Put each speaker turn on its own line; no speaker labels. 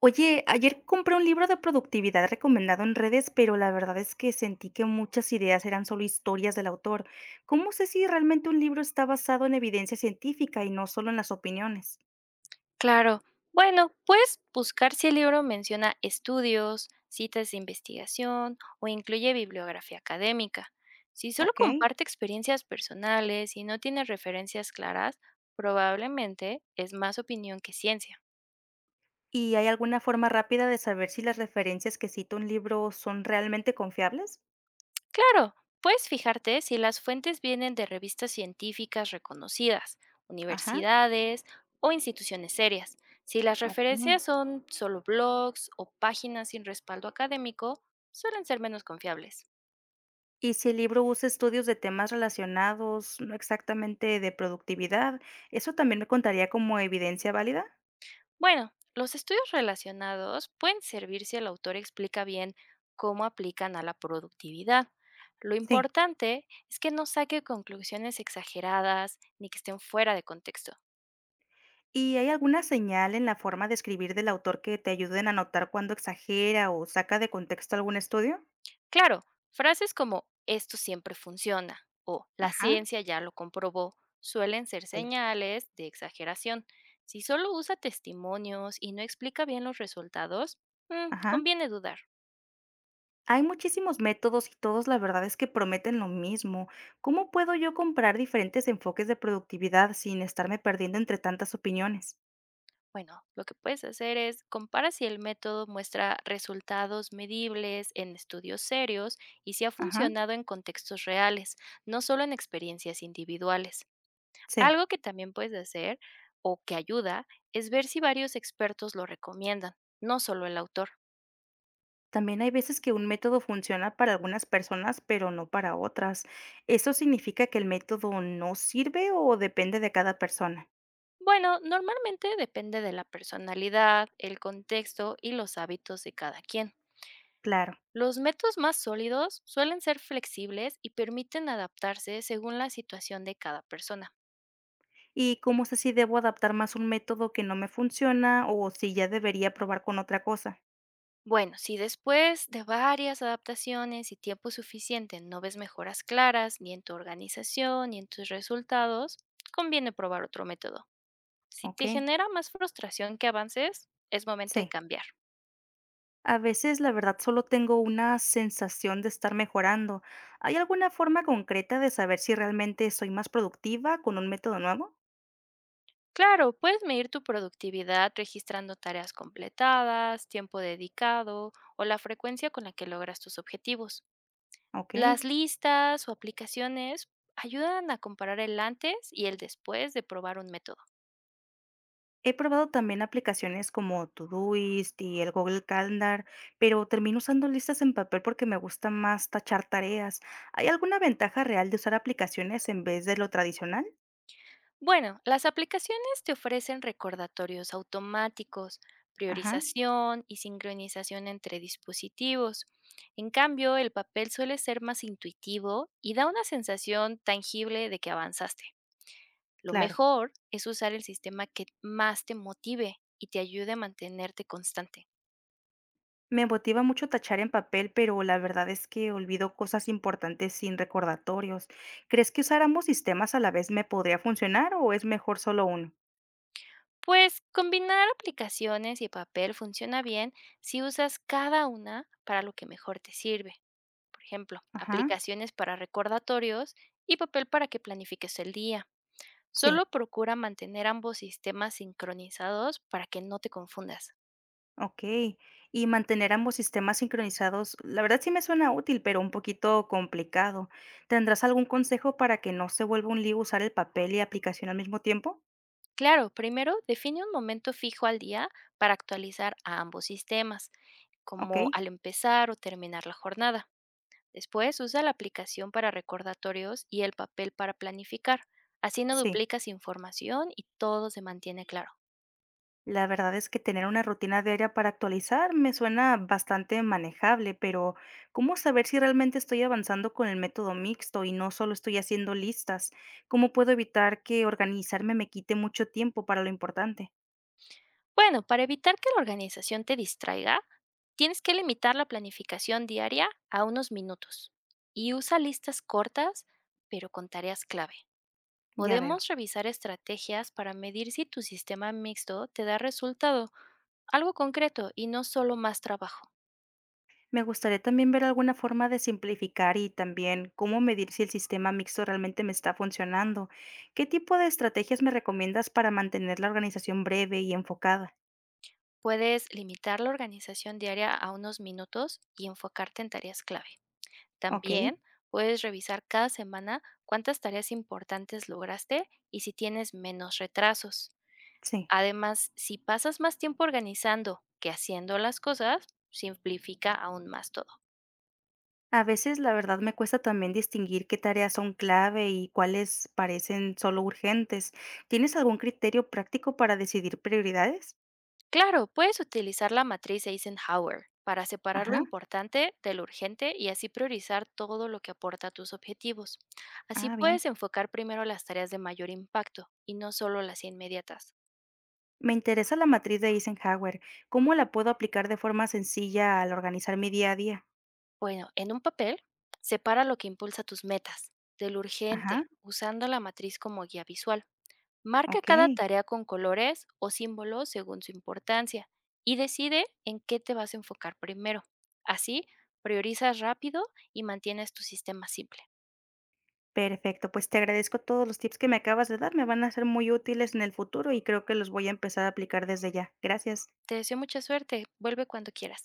Oye, ayer compré un libro de productividad recomendado en redes, pero la verdad es que sentí que muchas ideas eran solo historias del autor. ¿Cómo sé si realmente un libro está basado en evidencia científica y no solo en las opiniones?
Claro. Bueno, puedes buscar si el libro menciona estudios, citas de investigación o incluye bibliografía académica. Si solo
¿Ok?
comparte experiencias personales y no tiene referencias claras, probablemente es más opinión que ciencia.
¿Y hay alguna forma rápida de saber si las referencias que cita un libro son realmente confiables?
Claro, puedes fijarte si las fuentes vienen de revistas científicas reconocidas,
Ajá.
universidades o instituciones serias. Si las
Ok.
referencias son solo blogs o páginas sin respaldo académico, suelen ser menos confiables.
Y si el libro usa estudios de temas relacionados, no exactamente de productividad, ¿eso también me contaría como evidencia válida?
Bueno, los estudios relacionados pueden servir si el autor explica bien cómo aplican a la productividad. Lo
Sí.
importante es que no saque conclusiones exageradas ni que estén fuera de contexto.
¿Y hay alguna señal en la forma de escribir del autor que te ayuden a notar cuando exagera o saca de contexto algún estudio?
Claro, frases como esto siempre funciona o la
Ajá,
ciencia ya lo comprobó suelen ser
sí,
señales de exageración. Si solo usa testimonios y no explica bien los resultados,
ajá.
conviene dudar.
Hay muchísimos métodos y todos la verdad es que prometen lo mismo. ¿Cómo puedo yo comprar diferentes enfoques de productividad sin estarme perdiendo entre tantas opiniones?
Bueno, lo que puedes hacer es compara si el método muestra resultados medibles en estudios serios y si ha
Ajá,
funcionado en contextos reales, no solo en experiencias individuales.
sí.
Algo que también puedes hacer o que ayuda es ver si varios expertos lo recomiendan, no solo el autor.
También hay veces que un método funciona para algunas personas, pero no para otras. ¿Eso significa que el método no sirve o depende de cada persona?
Bueno, normalmente depende de la personalidad, el contexto y los hábitos de cada quien.
Claro.
Los métodos más sólidos suelen ser flexibles y permiten adaptarse según la situación de cada persona.
¿Y cómo sé si debo adaptar más un método que no me funciona o si ya debería probar con otra cosa?
Bueno, si después de varias adaptaciones y tiempo suficiente no ves mejoras claras ni en tu organización ni en tus resultados, conviene probar otro método. Si
¿Ok?
te genera más frustración que avances, es momento de
Sí.
cambiar.
A veces, la verdad, solo tengo una sensación de estar mejorando. ¿Hay alguna forma concreta de saber si realmente soy más productiva con un método nuevo?
Claro, puedes medir tu productividad registrando tareas completadas, tiempo dedicado o la frecuencia con la que logras tus objetivos.
Ok.
Las listas o aplicaciones ayudan a comparar el antes y el después de probar un método.
He probado también aplicaciones como Todoist y el Google Calendar, pero termino usando listas en papel porque me gusta más tachar tareas. ¿Hay alguna ventaja real de usar aplicaciones en vez de lo tradicional?
Bueno, las aplicaciones te ofrecen recordatorios automáticos,
Ajá,
priorización y sincronización entre dispositivos. En cambio, el papel suele ser más intuitivo y da una sensación tangible de que avanzaste. Lo
claro.
mejor es usar el sistema que más te motive y te ayude a mantenerte constante.
Me motiva mucho tachar en papel, pero la verdad es que olvido cosas importantes sin recordatorios. ¿Crees que usar ambos sistemas a la vez me podría funcionar o es mejor solo uno?
Pues combinar aplicaciones y papel funciona bien si usas cada una para lo que mejor te sirve. Por ejemplo,
Ajá,
aplicaciones para recordatorios y papel para que planifiques el día.
sí,
Solo procura mantener ambos sistemas sincronizados para que no te confundas.
ok. Y mantener ambos sistemas sincronizados, la verdad sí me suena útil, pero un poquito complicado. ¿Tendrás algún consejo para que no se vuelva un lío usar el papel y aplicación al mismo tiempo?
Claro, primero define un momento fijo al día para actualizar a ambos sistemas,
Ok,
como al empezar o terminar la jornada. Después usa la aplicación para recordatorios y el papel para planificar. Así no
sí.
duplicas información y todo se mantiene claro.
La verdad es que tener una rutina diaria para actualizar me suena bastante manejable, pero ¿cómo saber si realmente estoy avanzando con el método mixto y no solo estoy haciendo listas? ¿Cómo puedo evitar que organizarme me quite mucho tiempo para lo importante?
Bueno, para evitar que la organización te distraiga, tienes que limitar la planificación diaria a unos minutos y usa listas cortas, pero con tareas clave.
Ya veo.
Podemos revisar estrategias para medir si tu sistema mixto te da resultado, algo concreto y no solo más trabajo.
Me gustaría también ver alguna forma de simplificar y también cómo medir si el sistema mixto realmente me está funcionando. ¿Qué tipo de estrategias me recomiendas para mantener la organización breve y enfocada?
Puedes limitar la organización diaria a unos minutos y enfocarte en tareas clave.
Ok,
También puedes revisar cada semana cuántas tareas importantes lograste y si tienes menos retrasos.
sí.
Además, si pasas más tiempo organizando que haciendo las cosas, simplifica aún más todo.
A veces, la verdad, me cuesta también distinguir qué tareas son clave y cuáles parecen solo urgentes. ¿Tienes algún criterio práctico para decidir prioridades?
Claro, puedes utilizar la matriz Eisenhower para separar lo
Ajá.
importante de lo urgente y así priorizar todo lo que aporta a tus objetivos. Así
Ah, bien.
puedes enfocar primero las tareas de mayor impacto y no solo las inmediatas.
Me interesa la matriz de Eisenhower. ¿Cómo la puedo aplicar de forma sencilla al organizar mi día a día?
Bueno, en un papel, separa lo que impulsa tus metas de lo
Ajá.
urgente, usando la matriz como guía visual. Marca cada
Ok.
tarea con colores o símbolos según su importancia y decide en qué te vas a enfocar primero. Así, priorizas rápido y mantienes tu sistema simple.
Perfecto. Pues te agradezco todos los tips que me acabas de dar. Me van a ser muy útiles en el futuro y creo que los voy a empezar a aplicar desde ya. Gracias.
Te deseo mucha suerte. Vuelve cuando quieras.